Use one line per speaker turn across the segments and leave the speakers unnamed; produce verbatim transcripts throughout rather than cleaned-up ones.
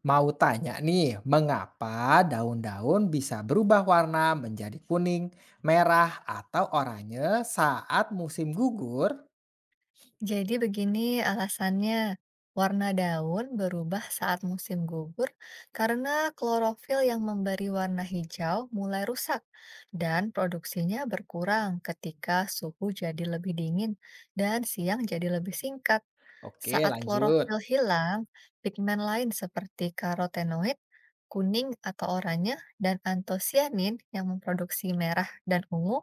Mau tanya nih, mengapa daun-daun bisa berubah warna menjadi kuning, merah, atau oranye saat musim gugur?
Jadi begini alasannya, warna daun berubah saat musim gugur karena klorofil yang memberi warna hijau mulai rusak dan produksinya berkurang ketika suhu jadi lebih dingin dan siang jadi lebih singkat.
Oke,
Saat
lanjut.
klorofil hilang, pigmen lain seperti karotenoid, kuning atau oranye, dan antosianin yang memproduksi merah dan ungu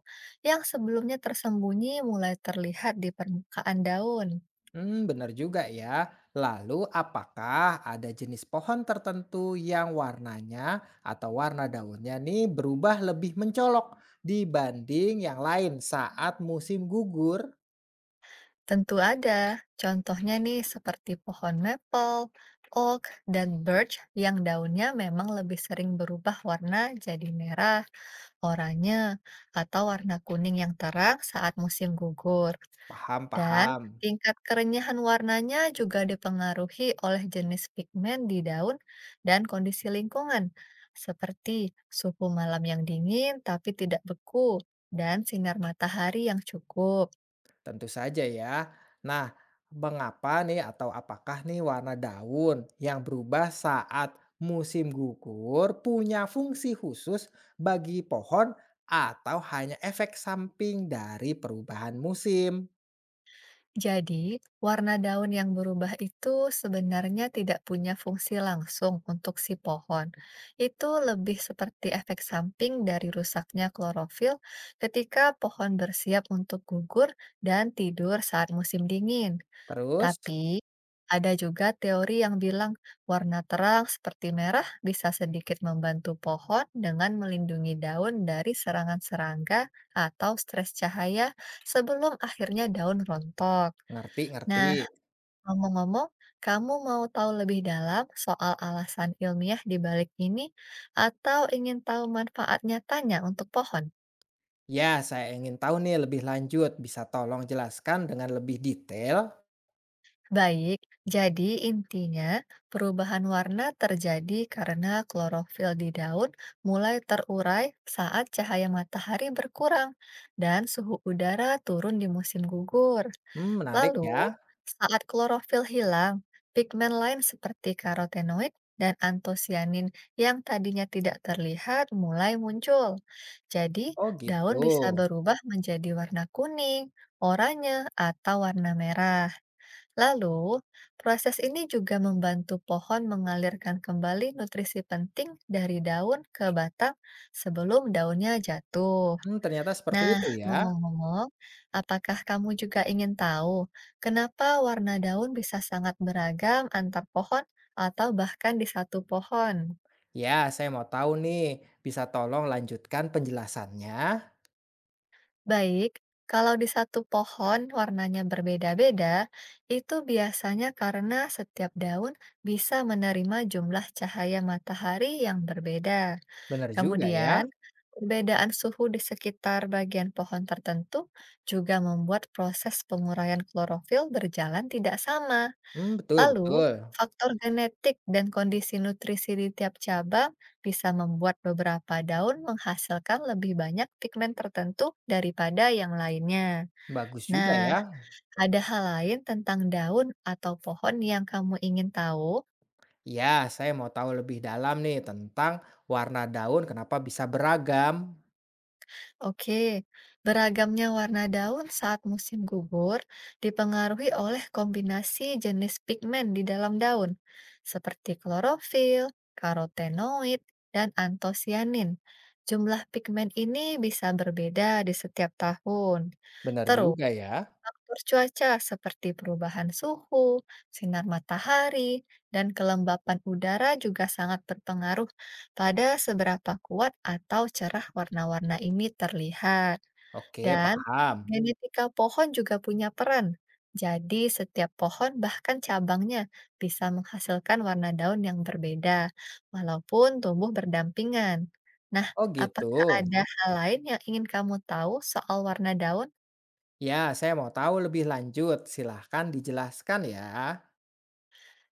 yang sebelumnya tersembunyi mulai terlihat di permukaan daun.
Hmm, benar juga ya. Lalu, apakah ada jenis pohon tertentu yang warnanya atau warna daunnya nih berubah lebih mencolok dibanding yang lain saat musim gugur?
Tentu ada, contohnya nih seperti pohon maple, oak, dan birch yang daunnya memang lebih sering berubah warna jadi merah, oranye, atau warna kuning yang terang saat musim gugur.
Paham,
Dan
paham.
tingkat kerenyahan warnanya juga dipengaruhi oleh jenis pigmen di daun dan kondisi lingkungan, seperti suhu malam yang dingin tapi tidak beku dan sinar matahari yang cukup.
Tentu saja ya. Nah, mengapa nih atau apakah nih warna daun yang berubah saat musim gugur punya fungsi khusus bagi pohon atau hanya efek samping dari perubahan musim?
Jadi, warna daun yang berubah itu sebenarnya tidak punya fungsi langsung untuk si pohon. Itu lebih seperti efek samping dari rusaknya klorofil ketika pohon bersiap untuk gugur dan tidur saat musim dingin.
Terus,
Tapi, ada juga teori yang bilang warna terang seperti merah bisa sedikit membantu pohon dengan melindungi daun dari serangan serangga atau stres cahaya sebelum akhirnya daun rontok.
ngerti-ngerti.
Nah, ngomong-ngomong, kamu mau tahu lebih dalam soal alasan ilmiah di balik ini atau ingin tahu manfaat nyatanya untuk pohon?
Ya, saya ingin tahu nih lebih lanjut. Bisa tolong jelaskan dengan lebih detail?
Baik, jadi intinya perubahan warna terjadi karena klorofil di daun mulai terurai saat cahaya matahari berkurang dan suhu udara turun di musim gugur.
Hmm, menarik
Lalu,
ya.
saat klorofil hilang, pigmen lain seperti karotenoid dan antosianin yang tadinya tidak terlihat mulai muncul. Jadi,
Oh gitu.
daun bisa berubah menjadi warna kuning, oranye, atau warna merah. Lalu, proses ini juga membantu pohon mengalirkan kembali nutrisi penting dari daun ke batang sebelum daunnya jatuh.
Hmm, ternyata seperti
Nah,
itu ya.
ngomong-ngomong, apakah kamu juga ingin tahu kenapa warna daun bisa sangat beragam antar pohon atau bahkan di satu pohon?
Ya, saya mau tahu nih, bisa tolong lanjutkan penjelasannya?
Baik, kalau di satu pohon warnanya berbeda-beda, itu biasanya karena setiap daun bisa menerima jumlah cahaya matahari yang berbeda.
Benar juga ya?
Kemudian, perbedaan suhu di sekitar bagian pohon tertentu juga membuat proses penguraian klorofil berjalan tidak sama.
Hmm, betul,
Lalu,
betul.
faktor genetik dan kondisi nutrisi di tiap cabang bisa membuat beberapa daun menghasilkan lebih banyak pigmen tertentu daripada yang lainnya.
Bagus juga ya.
Nah, ada hal lain tentang daun atau pohon yang kamu ingin tahu?
Ya, saya mau tahu lebih dalam nih tentang warna daun kenapa bisa beragam.
Oke, beragamnya warna daun saat musim gugur dipengaruhi oleh kombinasi jenis pigmen di dalam daun, seperti klorofil, karotenoid, dan antosianin. Jumlah pigmen ini bisa berbeda di setiap tahun.
Benar
Terus,
juga ya.
faktor cuaca seperti perubahan suhu, sinar matahari, dan kelembapan udara juga sangat berpengaruh pada seberapa kuat atau cerah warna-warna ini terlihat.
Oke,
Dan
paham.
genetika pohon juga punya peran. Jadi, setiap pohon, bahkan cabangnya, bisa menghasilkan warna daun yang berbeda, walaupun tumbuh berdampingan. Nah,
Oh gitu.
apakah ada hal lain yang ingin kamu tahu soal warna daun?
Ya, saya mau tahu lebih lanjut. Silahkan dijelaskan ya.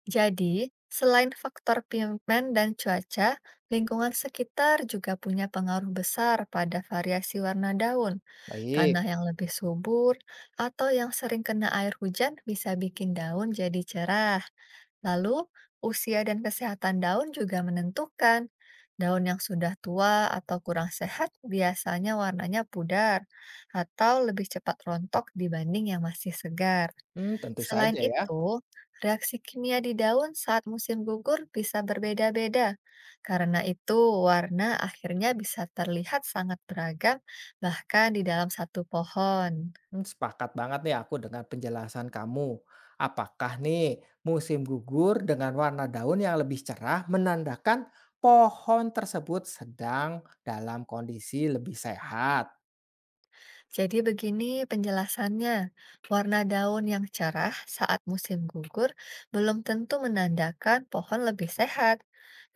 Jadi, selain faktor pigmen dan cuaca, lingkungan sekitar juga punya pengaruh besar pada variasi warna daun.
Baik.
Tanah yang lebih subur atau yang sering kena air hujan bisa bikin daun jadi cerah. Lalu, usia dan kesehatan daun juga menentukan. Daun yang sudah tua atau kurang sehat biasanya warnanya pudar atau lebih cepat rontok dibanding yang masih segar.
Hmm, tentu
Selain
saja ya.
itu, reaksi kimia di daun saat musim gugur bisa berbeda-beda. Karena itu, warna akhirnya bisa terlihat sangat beragam, bahkan di dalam satu pohon.
Hmm, sepakat banget nih aku dengan penjelasan kamu. Apakah nih musim gugur dengan warna daun yang lebih cerah menandakan pohon tersebut sedang dalam kondisi lebih sehat?
Jadi begini penjelasannya, warna daun yang cerah saat musim gugur belum tentu menandakan pohon lebih sehat,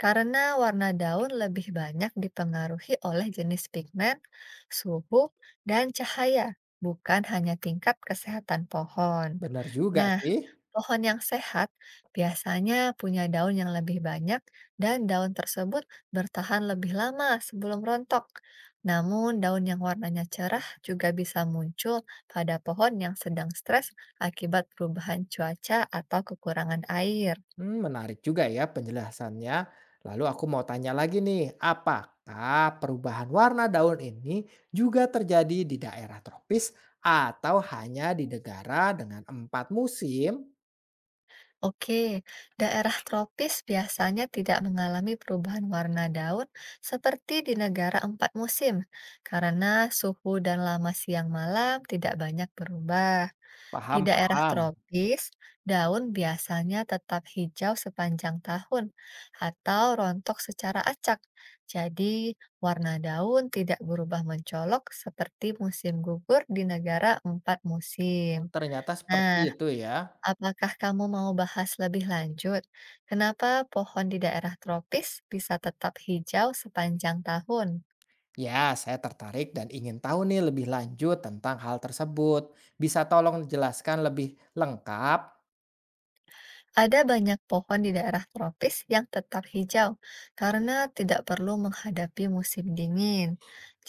karena warna daun lebih banyak dipengaruhi oleh jenis pigmen, suhu, dan cahaya, bukan hanya tingkat kesehatan pohon.
Benar juga
Nah,
sih.
pohon yang sehat biasanya punya daun yang lebih banyak dan daun tersebut bertahan lebih lama sebelum rontok. Namun, daun yang warnanya cerah juga bisa muncul pada pohon yang sedang stres akibat perubahan cuaca atau kekurangan air.
Hmm, menarik juga ya penjelasannya. Lalu aku mau tanya lagi nih, apakah perubahan warna daun ini juga terjadi di daerah tropis atau hanya di negara dengan empat musim?
Oke, daerah tropis biasanya tidak mengalami perubahan warna daun seperti di negara empat musim, karena suhu dan lama siang malam tidak banyak berubah. Di
Paham,
daerah
paham.
tropis, daun biasanya tetap hijau sepanjang tahun atau rontok secara acak. Jadi, warna daun tidak berubah mencolok seperti musim gugur di negara empat
Oh,
musim.
ternyata seperti
Nah,
itu ya.
apakah kamu mau bahas lebih lanjut? Kenapa pohon di daerah tropis bisa tetap hijau sepanjang tahun?
Ya, saya tertarik dan ingin tahu nih lebih lanjut tentang hal tersebut. Bisa tolong jelaskan lebih lengkap?
Ada banyak pohon di daerah tropis yang tetap hijau karena tidak perlu menghadapi musim dingin.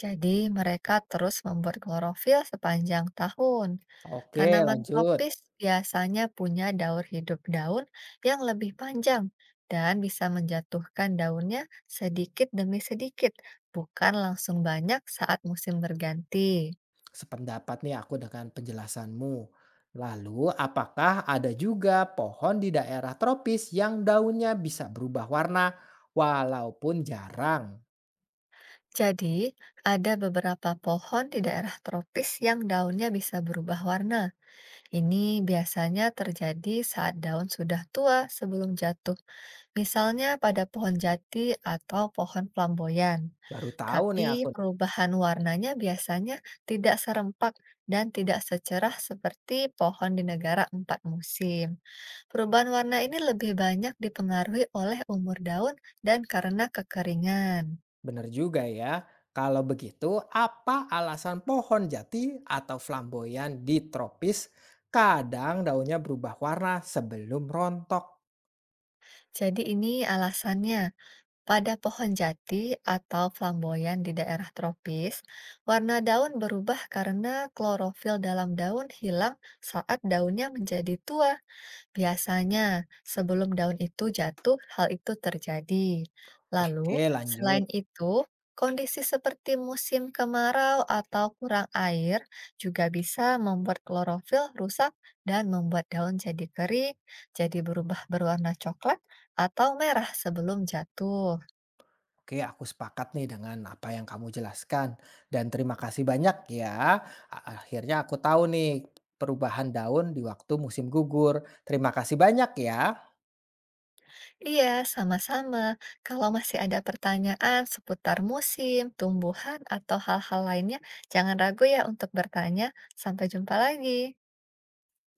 Jadi, mereka terus membuat klorofil sepanjang tahun.
Oke,
Tanaman
lanjut.
tropis biasanya punya daur hidup daun yang lebih panjang dan bisa menjatuhkan daunnya sedikit demi sedikit, bukan langsung banyak saat musim berganti.
Sependapat nih aku dengan penjelasanmu. Lalu, apakah ada juga pohon di daerah tropis yang daunnya bisa berubah warna walaupun jarang?
Jadi, ada beberapa pohon di daerah tropis yang daunnya bisa berubah warna. Ini biasanya terjadi saat daun sudah tua sebelum jatuh, misalnya pada pohon jati atau pohon flamboyan.
Baru tahu nih
Tapi
aku.
perubahan warnanya biasanya tidak serempak dan tidak secerah seperti pohon di negara empat musim. Perubahan warna ini lebih banyak dipengaruhi oleh umur daun dan karena kekeringan.
Benar juga ya. Kalau begitu, apa alasan pohon jati atau flamboyan di tropis kadang daunnya berubah warna sebelum rontok?
Jadi ini alasannya. Pada pohon jati atau flamboyan di daerah tropis, warna daun berubah karena klorofil dalam daun hilang saat daunnya menjadi tua. Biasanya, sebelum daun itu jatuh, hal itu terjadi. Lalu,
Oke, lanjut.
selain itu, kondisi seperti musim kemarau atau kurang air juga bisa membuat klorofil rusak dan membuat daun jadi kering, jadi berubah berwarna coklat atau merah sebelum jatuh.
Oke, aku sepakat nih dengan apa yang kamu jelaskan. Dan terima kasih banyak ya. A- Akhirnya aku tahu nih perubahan daun di waktu musim gugur. Terima kasih banyak ya.
Iya, sama-sama. Kalau masih ada pertanyaan seputar musim, tumbuhan, atau hal-hal lainnya, jangan ragu ya untuk bertanya. Sampai jumpa lagi.